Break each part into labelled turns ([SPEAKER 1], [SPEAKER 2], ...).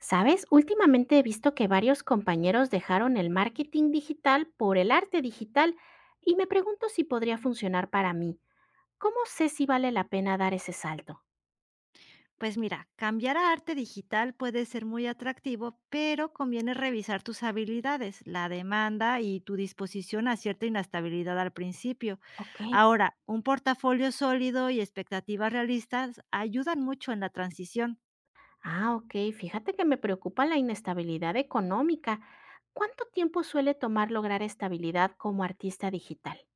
[SPEAKER 1] ¿Sabes? Últimamente he visto que varios compañeros dejaron el marketing digital por el arte digital y me pregunto si podría funcionar para mí. ¿Cómo sé si vale la pena dar ese salto?
[SPEAKER 2] Pues mira, cambiar a arte digital puede ser muy atractivo, pero conviene revisar tus habilidades, la demanda y tu disposición a cierta inestabilidad al principio.
[SPEAKER 1] Ok.
[SPEAKER 2] Ahora, un portafolio sólido y expectativas realistas ayudan mucho en la transición.
[SPEAKER 1] Ah, ok. Fíjate que me preocupa la inestabilidad económica. ¿Cuánto tiempo suele tomar lograr estabilidad como artista digital?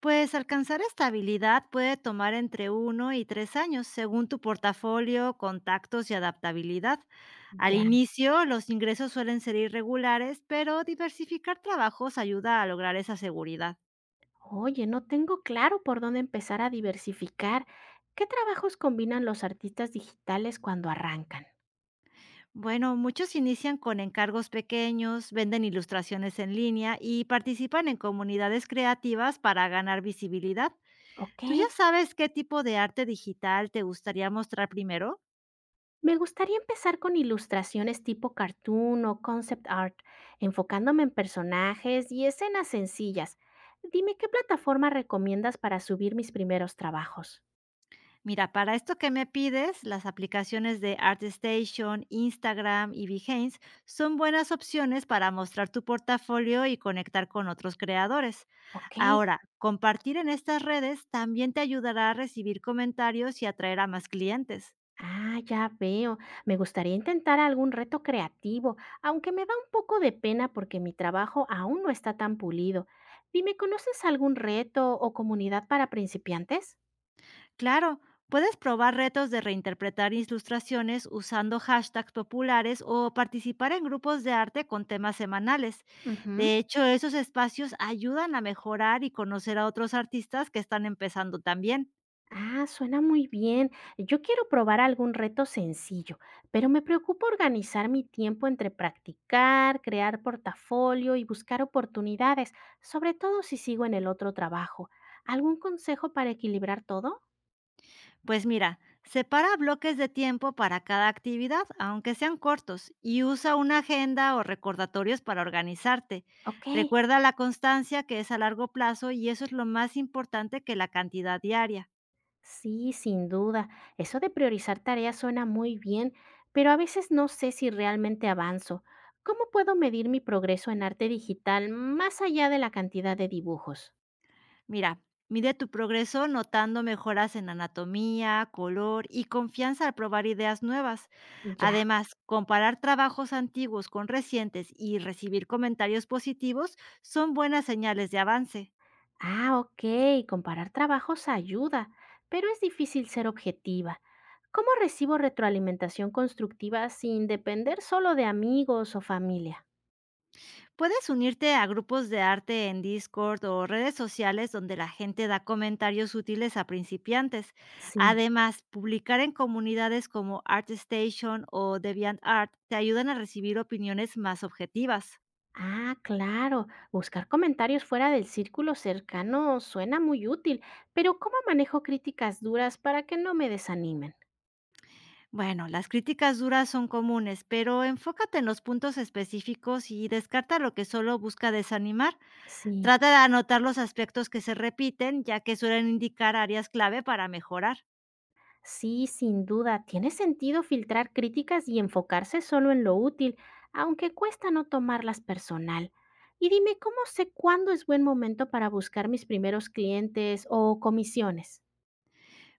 [SPEAKER 2] Pues alcanzar estabilidad puede tomar entre 1 y 3 años, según tu portafolio, contactos y adaptabilidad. Al
[SPEAKER 1] Ya.
[SPEAKER 2] inicio, los ingresos suelen ser irregulares, pero diversificar trabajos ayuda a lograr esa seguridad.
[SPEAKER 1] Oye, no tengo claro por dónde empezar a diversificar. ¿Qué trabajos combinan los artistas digitales cuando arrancan?
[SPEAKER 2] Bueno, muchos inician con encargos pequeños, venden ilustraciones en línea y participan en comunidades creativas para ganar visibilidad.
[SPEAKER 1] Ok.
[SPEAKER 2] ¿Tú ya sabes qué tipo de arte digital te gustaría mostrar primero?
[SPEAKER 1] Me gustaría empezar con ilustraciones tipo cartoon o concept art, enfocándome en personajes y escenas sencillas. Dime qué plataforma recomiendas para subir mis primeros trabajos.
[SPEAKER 2] Mira, para esto que me pides, las aplicaciones de ArtStation, Instagram y Behance son buenas opciones para mostrar tu portafolio y conectar con otros creadores.
[SPEAKER 1] Ok.
[SPEAKER 2] Ahora, compartir en estas redes también te ayudará a recibir comentarios y atraer a más clientes.
[SPEAKER 1] Ah, ya veo. Me gustaría intentar algún reto creativo, aunque me da un poco de pena porque mi trabajo aún no está tan pulido. Dime, ¿conoces algún reto o comunidad para principiantes?
[SPEAKER 2] Claro, puedes probar retos de reinterpretar ilustraciones usando hashtags populares o participar en grupos de arte con temas semanales.
[SPEAKER 1] Ujú.
[SPEAKER 2] De hecho, esos espacios ayudan a mejorar y conocer a otros artistas que están empezando también.
[SPEAKER 1] Ah, suena muy bien. Yo quiero probar algún reto sencillo, pero me preocupa organizar mi tiempo entre practicar, crear portafolio y buscar oportunidades, sobre todo si sigo en el otro trabajo. ¿Algún consejo para equilibrar todo?
[SPEAKER 2] Pues mira, separa bloques de tiempo para cada actividad, aunque sean cortos, y usa una agenda o recordatorios para organizarte.
[SPEAKER 1] Ok,
[SPEAKER 2] Recuerda la constancia que es a largo plazo y eso es lo más importante que la cantidad diaria.
[SPEAKER 1] sí, sin duda. Eso de priorizar tareas suena muy bien, pero a veces no sé si realmente avanzo. ¿Cómo puedo medir mi progreso en arte digital más allá de la cantidad de dibujos?
[SPEAKER 2] Mira, mide tu progreso notando mejoras en anatomía, color y confianza al probar ideas nuevas.
[SPEAKER 1] Ya.
[SPEAKER 2] Además, comparar trabajos antiguos con recientes y recibir comentarios positivos son buenas señales de avance.
[SPEAKER 1] Ah, ok, comparar trabajos ayuda, pero es difícil ser objetiva. ¿Cómo recibo retroalimentación constructiva sin depender solo de amigos o familia?
[SPEAKER 2] Puedes unirte a grupos de arte en Discord o redes sociales donde la gente da comentarios útiles a principiantes.
[SPEAKER 1] Sí.
[SPEAKER 2] Además, publicar en comunidades como ArtStation o DeviantArt te ayudan a recibir opiniones más objetivas.
[SPEAKER 1] Ah, claro. Buscar comentarios fuera del círculo cercano suena muy útil, pero ¿cómo manejo críticas duras para que no me desanimen?
[SPEAKER 2] Bueno, las críticas duras son comunes, pero enfócate en los puntos específicos y descarta lo que solo busca desanimar.
[SPEAKER 1] Sí.
[SPEAKER 2] Trata de anotar los aspectos que se repiten, ya que suelen indicar áreas clave para mejorar.
[SPEAKER 1] Sí, sin duda, tiene sentido filtrar críticas y enfocarse solo en lo útil, aunque cuesta no tomarlas personal. Y dime, ¿cómo sé cuándo es buen momento para buscar mis primeros clientes o comisiones?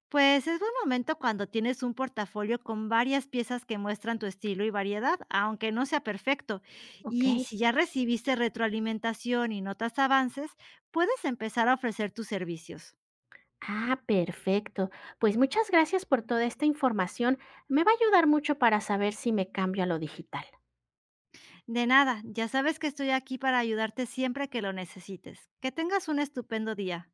[SPEAKER 2] Pues es buen momento cuando tienes un portafolio con varias piezas que muestran tu estilo y variedad, aunque no sea perfecto.
[SPEAKER 1] Ok.
[SPEAKER 2] Y si ya recibiste retroalimentación y notas avances, puedes empezar a ofrecer tus servicios.
[SPEAKER 1] Ah, perfecto. Pues muchas gracias por toda esta información. Me va a ayudar mucho para saber si me cambio a lo digital.
[SPEAKER 2] De nada, ya sabes que estoy aquí para ayudarte siempre que lo necesites. Que tengas un estupendo día.